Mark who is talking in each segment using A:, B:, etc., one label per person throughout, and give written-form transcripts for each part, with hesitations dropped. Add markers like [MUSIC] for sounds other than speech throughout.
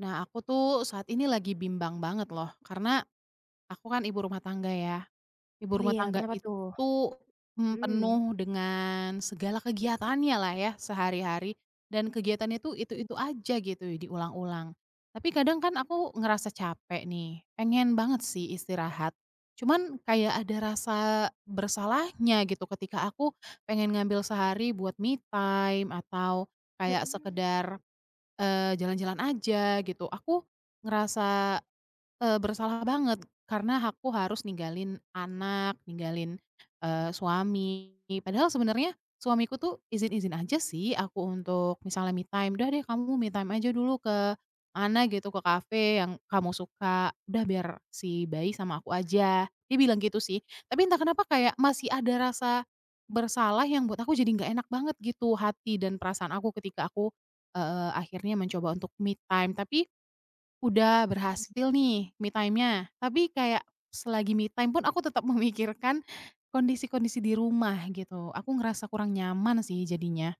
A: Nah, aku tuh saat ini lagi bimbang banget loh, karena aku kan ibu rumah tangga ya. Ibu
B: Oh
A: rumah
B: iya,
A: tangga
B: kenapa tuh?
A: itu,
B: Mhm.
A: penuh dengan segala kegiatannya lah ya sehari-hari, dan kegiatannya tuh
B: Mmm,
A: itu-itu aja gitu, diulang-ulang. Tapi kadang kan aku ngerasa capek nih, pengen banget sih istirahat. Cuman kayak ada rasa bersalahnya gitu ketika aku pengen ngambil sehari buat me time atau kayak
B: mhm
A: sekedar jalan-jalan aja gitu. Aku ngerasa, bersalah banget karena aku harus ninggalin anak, ninggalin, suami. Padahal sebenarnya suamiku tuh izin-izin aja sih aku untuk misalnya me time, "Udah deh kamu me time aja dulu ke mana gitu, ke kafe yang kamu suka. Udah biar si bayi sama aku aja." Dia bilang gitu sih. Tapi entah kenapa kayak masih ada rasa bersalah yang buat aku jadi nggak enak banget gitu hati dan perasaan aku ketika aku, akhirnya mencoba untuk me time. Tapi udah
B: mhm.
A: berhasil nih me time-nya, tapi kayak selagi me time pun aku tetap [LAUGHS] memikirkan kondisi-kondisi di rumah gitu. Aku ngerasa kurang nyaman sih jadinya.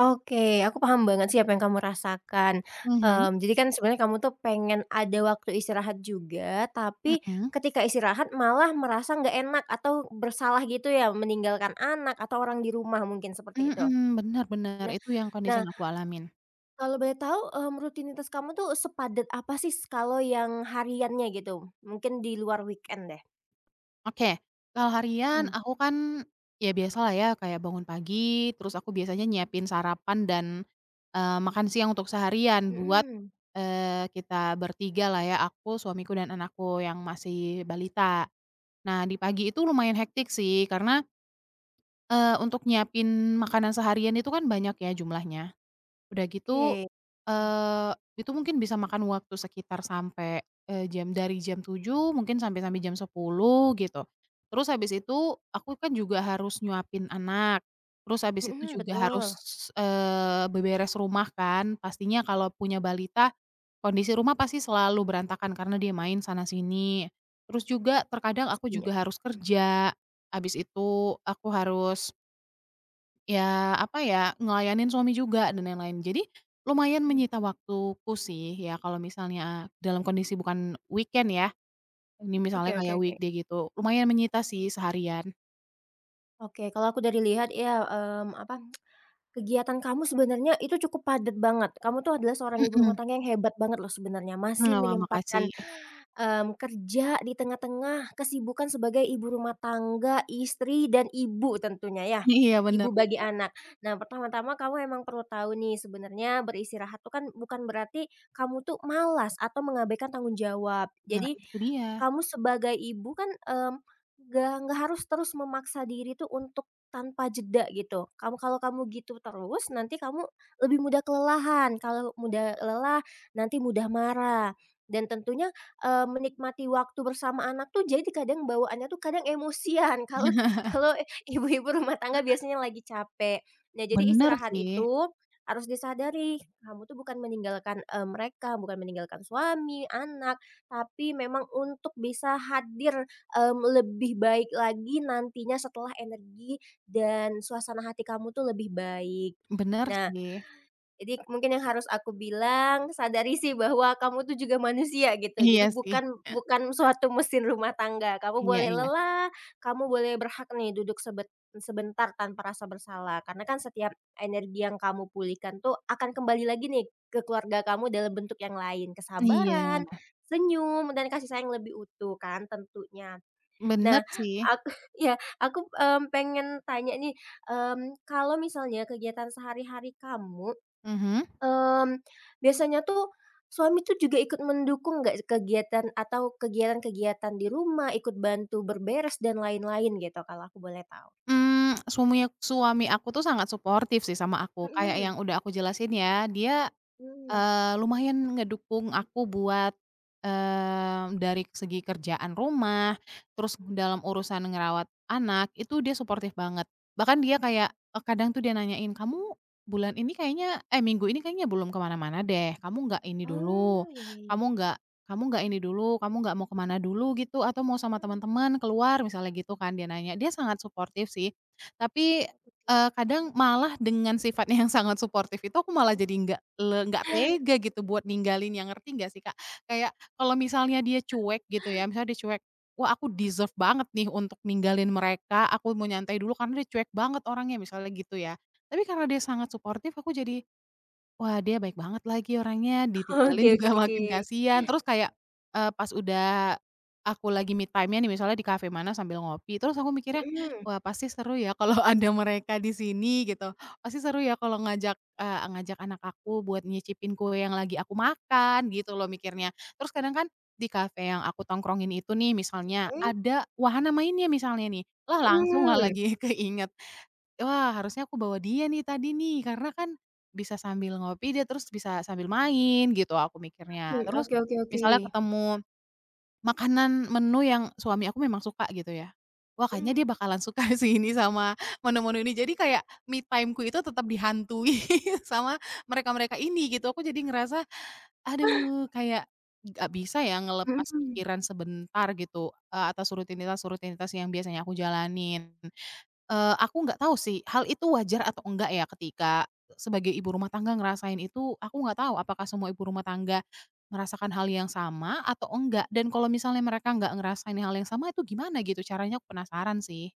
B: Oke, aku paham banget sih apa yang kamu rasakan.
A: Mhm,
B: Jadi kan sebenarnya kamu tuh pengen ada waktu istirahat juga, tapi
A: mhm,
B: ketika istirahat malah merasa nggak enak atau bersalah gitu ya, meninggalkan anak atau orang di rumah mungkin seperti itu.
A: mhm, bener bener,
B: Nah
A: itu yang kondisi
B: nah,
A: yang aku alamin.
B: kalau boleh tahu, rutinitas kamu tuh sepadat apa sih s kalau yang hariannya gitu? Mungkin di luar weekend deh.
A: Oke, kalau harian
B: Mhm.
A: aku kan ya biasalah ya kayak bangun pagi, terus aku biasanya nyiapin sarapan dan, makan siang untuk seharian buat,
B: Mhm.
A: kita bertiga lah ya, aku, suamiku, dan anakku yang masih balita. Nah, di pagi itu lumayan hektik sih karena, untuk nyiapin makanan seharian itu kan banyak ya jumlahnya. Udah gitu,
B: Oke.
A: eee, itu mungkin bisa makan waktu sekitar sampai, jam dari jam 7 mungkin sampai sampai jam 10 gitu. Terus habis itu aku kan juga harus nyuapin anak, terus habis
B: Mhm,
A: itu juga harus,
B: betul,
A: beberes rumah kan, pastinya kalau punya balita, kondisi rumah pasti selalu berantakan karena dia main sana sini. Terus juga terkadang aku
B: pastinya.
A: juga harus
B: Hmm.
A: kerja, habis itu aku harus ya, apa ya, ngelayanin suami juga dan lain-lain. Jadi, lumayan
B: Mhm.
A: menyita waktuku sih ya kalau misalnya dalam kondisi bukan weekend ya, ini
B: Oke
A: misalnya
B: oke
A: kayak
B: oke.
A: weekday gitu, lumayan menyita sih seharian.
B: Oke, kalau aku dari lihat ya, kegiatan kamu sebenarnya itu cukup padat banget. Kamu tuh adalah seorang ibu rumah
A: Mhm.
B: tangga yang hebat banget loh sebenarnya, masih
A: Nah, wah makasih.
B: menyempatkan,
A: [LAUGHS]
B: kerja di tengah-tengah kesibukan sebagai ibu rumah tangga, istri, dan ibu tentunya ya,
A: Iya,
B: ibu
A: bener
B: bagi
A: bener.
B: anak. Nah, pertama-tama kamu emang perlu tahu nih sebenarnya beristirahat tuh kan bukan berarti kamu tuh malas atau mengabaikan tanggung jawab.
A: Nah,
B: Jadi
A: itu dia.
B: kamu sebagai ibu kan, nggak harus terus memaksa diri tuh untuk tanpa jeda gitu. Kamu kalau kamu gitu terus, nanti kamu lebih mudah kelelahan, kalau mudah lelah, nanti mudah marah. Dan tentunya, menikmati waktu bersama anak tuh jadi kadang bawaannya tuh kadang emosian [LAUGHS] kalau kalau ibu-ibu rumah tangga biasanya lagi capek. Nah, jadi
A: Bener
B: istirahat
A: sih
B: itu harus disadari, kamu tuh bukan meninggalkan, mereka, bukan meninggalkan suami, anak, tapi memang untuk bisa hadir, lebih baik lagi nantinya setelah energi dan suasana hati kamu tuh lebih baik.
A: bener
B: Nah,
A: sih.
B: jadi mungkin yang harus aku bilang, sadari sih bahwa kamu tuh juga manusia gitu, jadi
A: Iya sih.
B: bukan bukan suatu mesin rumah tangga. Kamu
A: Iya
B: boleh
A: iya.
B: lelah, kamu boleh berhak nih duduk sebentar tanpa rasa bersalah, karena kan setiap energi yang kamu pulihkan tuh akan kembali lagi nih ke keluarga kamu dalam bentuk yang lain,
A: Iya,
B: kesabaran, senyum, dan kasih sayang lebih utuh kan tentunya. Nah,
A: bener sih.
B: aku [LAUGHS] ya, aku, pengen tanya nih, kalau misalnya kegiatan sehari-hari kamu
A: Mhm.
B: Mmm, biasanya tuh suami tuh juga ikut mendukung nggak kegiatan atau kegiatan-kegiatan di rumah, ikut bantu berberes dan lain-lain gitu kalau aku boleh tahu?
A: Suami suami aku tuh sangat suportif sih sama aku, kayak
B: Mhm,
A: yang udah aku jelasin ya, dia
B: mhm.
A: Lumayan ngedukung aku buat, dari segi kerjaan rumah, terus dalam urusan ngerawat anak, itu dia suportif banget. Bahkan dia kayak, kadang tuh dia nanyain, "Kamu bulan ini kayaknya eh, minggu ini kayaknya belum ke mana-mana deh, kamu nggak ini
B: Oh,
A: dulu,
B: ya.
A: kamu nggak kamu nggak ini dulu, kamu nggak mau ke mana dulu gitu, atau mau sama
B: Mmm,
A: teman-teman keluar?" Misalnya gitu kan dia nanya. Dia sangat suportif sih, tapi kadang malah dengan sifatnya yang sangat suportif itu aku malah jadi nggak tega
B: [LAUGHS]
A: gitu buat ninggalin yang ngerti nggak sih Kak? Kayak kalau misalnya dia cuek gitu ya, misalnya dia cuek, wah aku deserve banget nih untuk ninggalin mereka, aku mau nyantai dulu karena dia cuek banget orangnya misalnya gitu ya. Tapi karena dia sangat suportif aku jadi wah, dia baik banget lagi orangnya, ditinggalin
B: oke. Oke oke
A: juga [LAUGHS]
B: oke.
A: makin kasihan. Terus kayak, pas udah aku lagi me time-nya nih misalnya di kafe mana sambil ngopi, terus aku mikirnya,
B: Mhm,
A: "Wah, pasti seru ya kalau [LAUGHS] ada mereka di sini," gitu. "Pasti seru ya kalau ngajak ngajak anak aku buat nyicipin kue yang lagi aku makan," gitu loh mikirnya. Terus kadang kan di kafe yang aku tongkrongin itu nih misalnya
B: oke.
A: ada wahana mainnya misalnya nih, lah langsung lah
B: Mhm,
A: lagi [LAUGHS] keinget. Wah, harusnya aku bawa dia nih tadi nih, karena kan bisa sambil ngopi dia, terus bisa sambil main gitu aku mikirnya. Terus
B: oke.
A: misalnya ketemu makanan menu yang suami aku memang suka gitu ya, wah kayaknya
B: Mhm.
A: dia bakalan suka [LAUGHS] sih ini sama menu-menu ini. Jadi kayak me time-ku itu tetap dihantui [LAUGHS] sama mereka-mereka ini gitu. Aku jadi ngerasa, aduh kayak nggak bisa ya ngelepas
B: Mhm. [LAUGHS]
A: pikiran sebentar gitu, atas rutinitas-rutinitas yang biasanya aku jalanin. Aku nggak tahu sih, hal itu wajar atau enggak ya ketika sebagai ibu rumah tangga ngerasain itu, aku nggak tahu apakah semua ibu rumah tangga merasakan hal yang sama atau enggak, dan kalau misalnya mereka nggak ngerasain hal yang sama itu gimana gitu caranya, aku penasaran sih.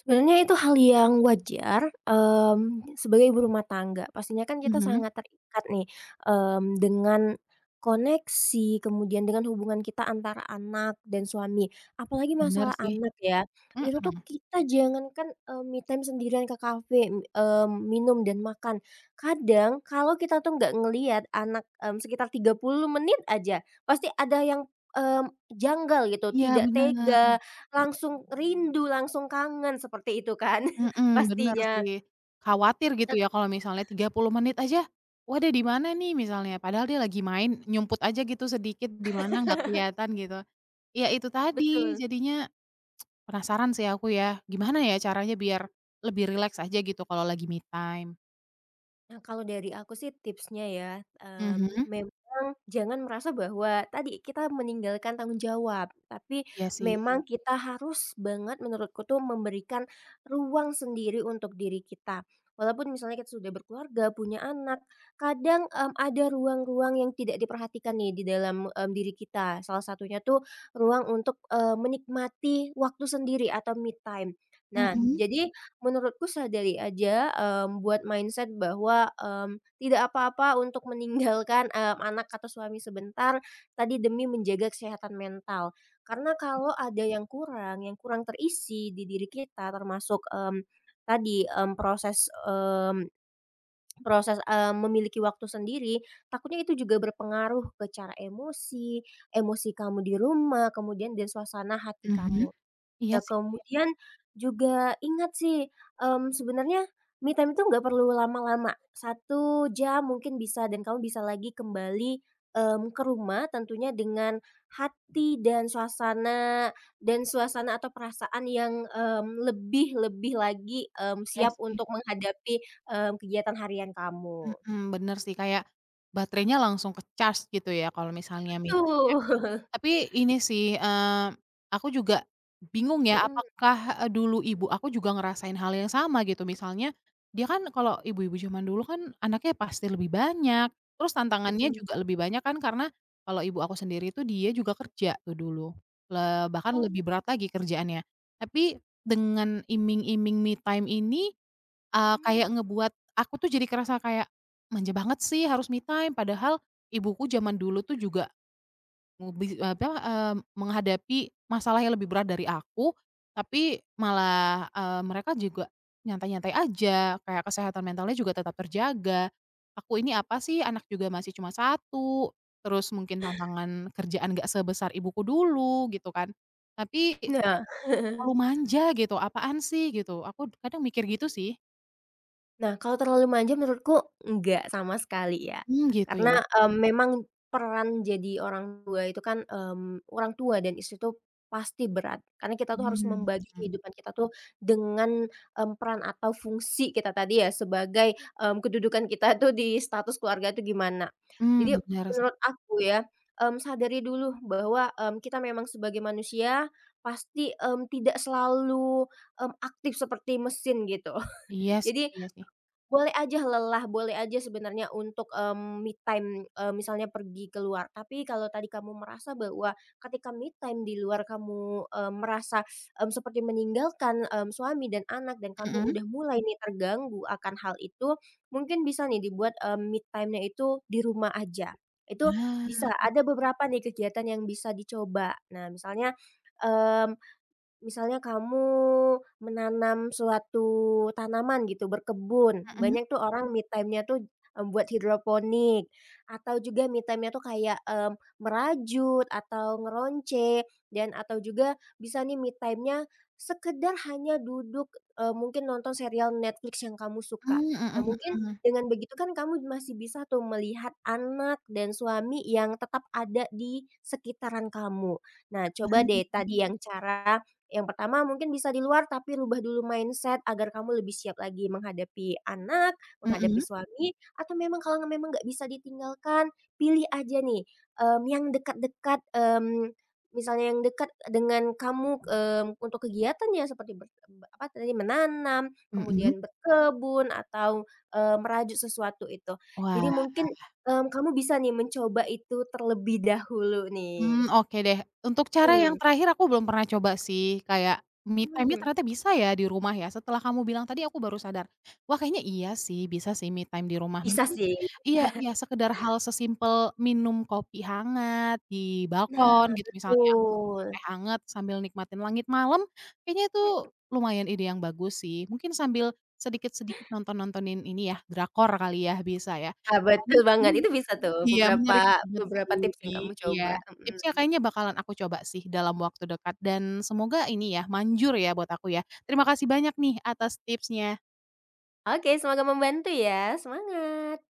B: Sebenarnya itu hal yang wajar, sebagai ibu rumah tangga. Pastinya kan kita
A: Mhm,
B: sangat terikat nih, dengan koneksi, kemudian dengan hubungan kita antara anak dan suami. Apalagi
A: bener
B: masalah
A: sih.
B: anak ya, itu tuh
A: Mhm.
B: kita jangankan, me time sendirian ke kafe, minum dan makan. Kadang kalau kita tuh nggak ngelihat anak, sekitar 30 menit aja, pasti ada yang, mmm, janggal gitu,
A: Iya
B: tidak
A: bener.
B: tega, langsung rindu, langsung kangen seperti itu kan [LAUGHS]
A: Mhm, bener
B: pastinya.
A: sih. Khawatir gitu ya kalau misalnya 30 menit aja, "Wah dia di mana nih?" Misalnya, padahal dia lagi main, nyumput aja gitu sedikit di mana nggak kelihatan gitu. Ya itu tadi,
B: Betul.
A: jadinya penasaran sih aku ya, gimana ya caranya biar lebih rileks aja gitu kalau lagi me time?
B: Nah, kalau dari aku sih tipsnya ya,
A: Mhm.
B: memang jangan merasa bahwa tadi kita meninggalkan tanggung jawab, tapi
A: Iya sih,
B: Memang kita harus banget menurutku tuh memberikan ruang sendiri untuk diri kita. Walaupun misalnya kita sudah berkeluarga, punya anak, kadang, ada ruang-ruang yang tidak diperhatikan nih di dalam, diri kita. Salah satunya tuh ruang untuk, menikmati waktu sendiri atau me time. Nah,
A: mhm
B: jadi menurutku sadari aja, buat mindset bahwa, tidak apa-apa untuk meninggalkan, anak atau suami sebentar tadi demi menjaga kesehatan mental. Karena kalau ada yang kurang terisi di diri kita termasuk, tadi, proses, memiliki waktu sendiri, takutnya itu juga berpengaruh ke cara emosi, emosi kamu di rumah, kemudian dan suasana hati
A: mhm,
B: kamu.
A: iya
B: Ya
A: sih
B: kemudian juga ingat sih, sebenarnya me time itu nggak perlu lama-lama, 1 jam mungkin bisa dan kamu bisa lagi kembali, ke rumah tentunya dengan hati dan suasana atau perasaan yang, lebih lebih lagi,
A: iya
B: siap
A: sih,
B: untuk menghadapi, kegiatan harian kamu.
A: mhm, bener sih kayak baterainya langsung ke-charge gitu ya kalau misalnya me
B: Betul. [LAUGHS]
A: tapi ini sih, aku juga bingung ya,
B: Mhm,
A: apakah, dulu ibu aku juga ngerasain hal yang sama gitu. Misalnya, dia kan kalau ibu-ibu zaman dulu kan anaknya pasti lebih banyak, terus tantangannya
B: betul.
A: juga lebih banyak kan karena kalau ibu aku sendiri itu dia juga kerja tuh dulu, bahkan
B: Oh,
A: lebih berat lagi kerjaannya. Tapi dengan iming-iming me time ini, kayak
B: mhm.
A: ngebuat aku tuh jadi kerasa kayak, "Manja banget sih harus me time." Padahal ibuku zaman dulu tuh juga Mubi apa, menghadapi masalah yang lebih berat dari aku, tapi malah, mereka juga nyantai-nyantai aja, kayak kesehatan mentalnya juga tetap terjaga. Aku ini apa sih, anak juga masih cuma satu, terus mungkin tantangan kerjaan nggak sebesar ibuku dulu, gitu kan. Tapi kayak
B: Nah
A: terlalu manja gitu, apaan sih gitu, aku kadang mikir gitu sih.
B: Nah, kalau terlalu manja menurutku enggak sama sekali ya.
A: Mmm, gitu
B: Karena,
A: ya?
B: memang peran jadi orang tua itu kan, orang tua dan istri itu pasti berat. Karena kita tuh harus
A: Mmm,
B: membagi kehidupan kita tuh dengan, peran atau fungsi kita tadi ya sebagai, kedudukan kita tuh di status keluarga itu gimana.
A: mhm,
B: Jadi
A: bener sih.
B: menurut aku ya, sadari dulu bahwa, kita memang sebagai manusia pasti, tidak selalu, aktif seperti mesin gitu. [LAUGHS]
A: Iya sih
B: Jadi
A: iya sih.
B: boleh aja lelah, boleh aja sebenarnya untuk, me time, misalnya pergi keluar. Tapi kalau tadi kamu merasa bahwa ketika me time di luar kamu, merasa, seperti meninggalkan, suami dan anak dan kamu
A: Mhm.
B: udah mulai nih terganggu akan hal itu, mungkin bisa nih dibuat, me time-nya itu di rumah aja. Itu
A: Ah,
B: bisa, ada beberapa nih kegiatan yang bisa dicoba. Nah misalnya, mmm misalnya kamu menanam suatu tanaman gitu, berkebun,
A: mhm,
B: banyak tuh orang me time-nya tuh, buat hidroponik, atau juga me time-nya tuh kayak, merajut atau ngeronce dan atau juga bisa nih me time-nya sekedar hanya duduk, mungkin nonton serial Netflix yang kamu suka.
A: mmm,
B: Nah,
A: mhm
B: mungkin
A: mhm.
B: dengan begitu kan kamu masih bisa tuh melihat anak dan suami yang tetap ada di sekitaran kamu. Nah, coba deh
A: Mmm,
B: tadi yang cara yang pertama mungkin bisa di luar, tapi rubah dulu mindset agar kamu lebih siap lagi menghadapi anak, menghadapi
A: mhm
B: suami, atau memang kalau memang nggak bisa ditinggalkan, pilih aja nih, yang dekat-dekat, misalnya yang dekat dengan kamu, untuk kegiatannya seperti ber apa tadi, menanam,
A: mhm.
B: kemudian berkebun, atau, merajut sesuatu itu. Jadi
A: Wah,
B: mungkin, kamu bisa nih mencoba itu terlebih dahulu nih.
A: mmm, oke deh. Untuk cara mhm. yang
B: Mhm
A: terakhir aku belum pernah coba sih, kayak me time-nya
B: mhm,
A: ternyata bisa ya di rumah ya. Setelah kamu bilang tadi aku baru sadar, wah kayaknya iya sih bisa sih me time di rumah.
B: bisa
A: Mungkin
B: sih.
A: iya iya sekedar hal sesimpel minum kopi hangat di balkon
B: Nah,
A: gitu misalnya,
B: betul.
A: teh hangat sambil nikmatin langit malam, kayaknya itu lumayan ide yang bagus sih. Mungkin sambil sedikit-sedikit nonton-nontonin ini ya, drakor kali ya, bisa ya.
B: Ah,
A: [LAUGHS]
B: betul banget, itu
A: [UNINTELLIGIBLE]
B: bisa tuh
A: Iya,
B: beberapa
A: menarik banget sih,
B: beberapa tips yang kamu
A: iya.
B: coba,
A: Tipsnya
B: mhm.
A: kayaknya bakalan aku coba sih dalam waktu dekat dan semoga ini ya, manjur ya buat aku ya. Terima kasih banyak nih atas tipsnya.
B: Oke, semoga membantu ya, semangat.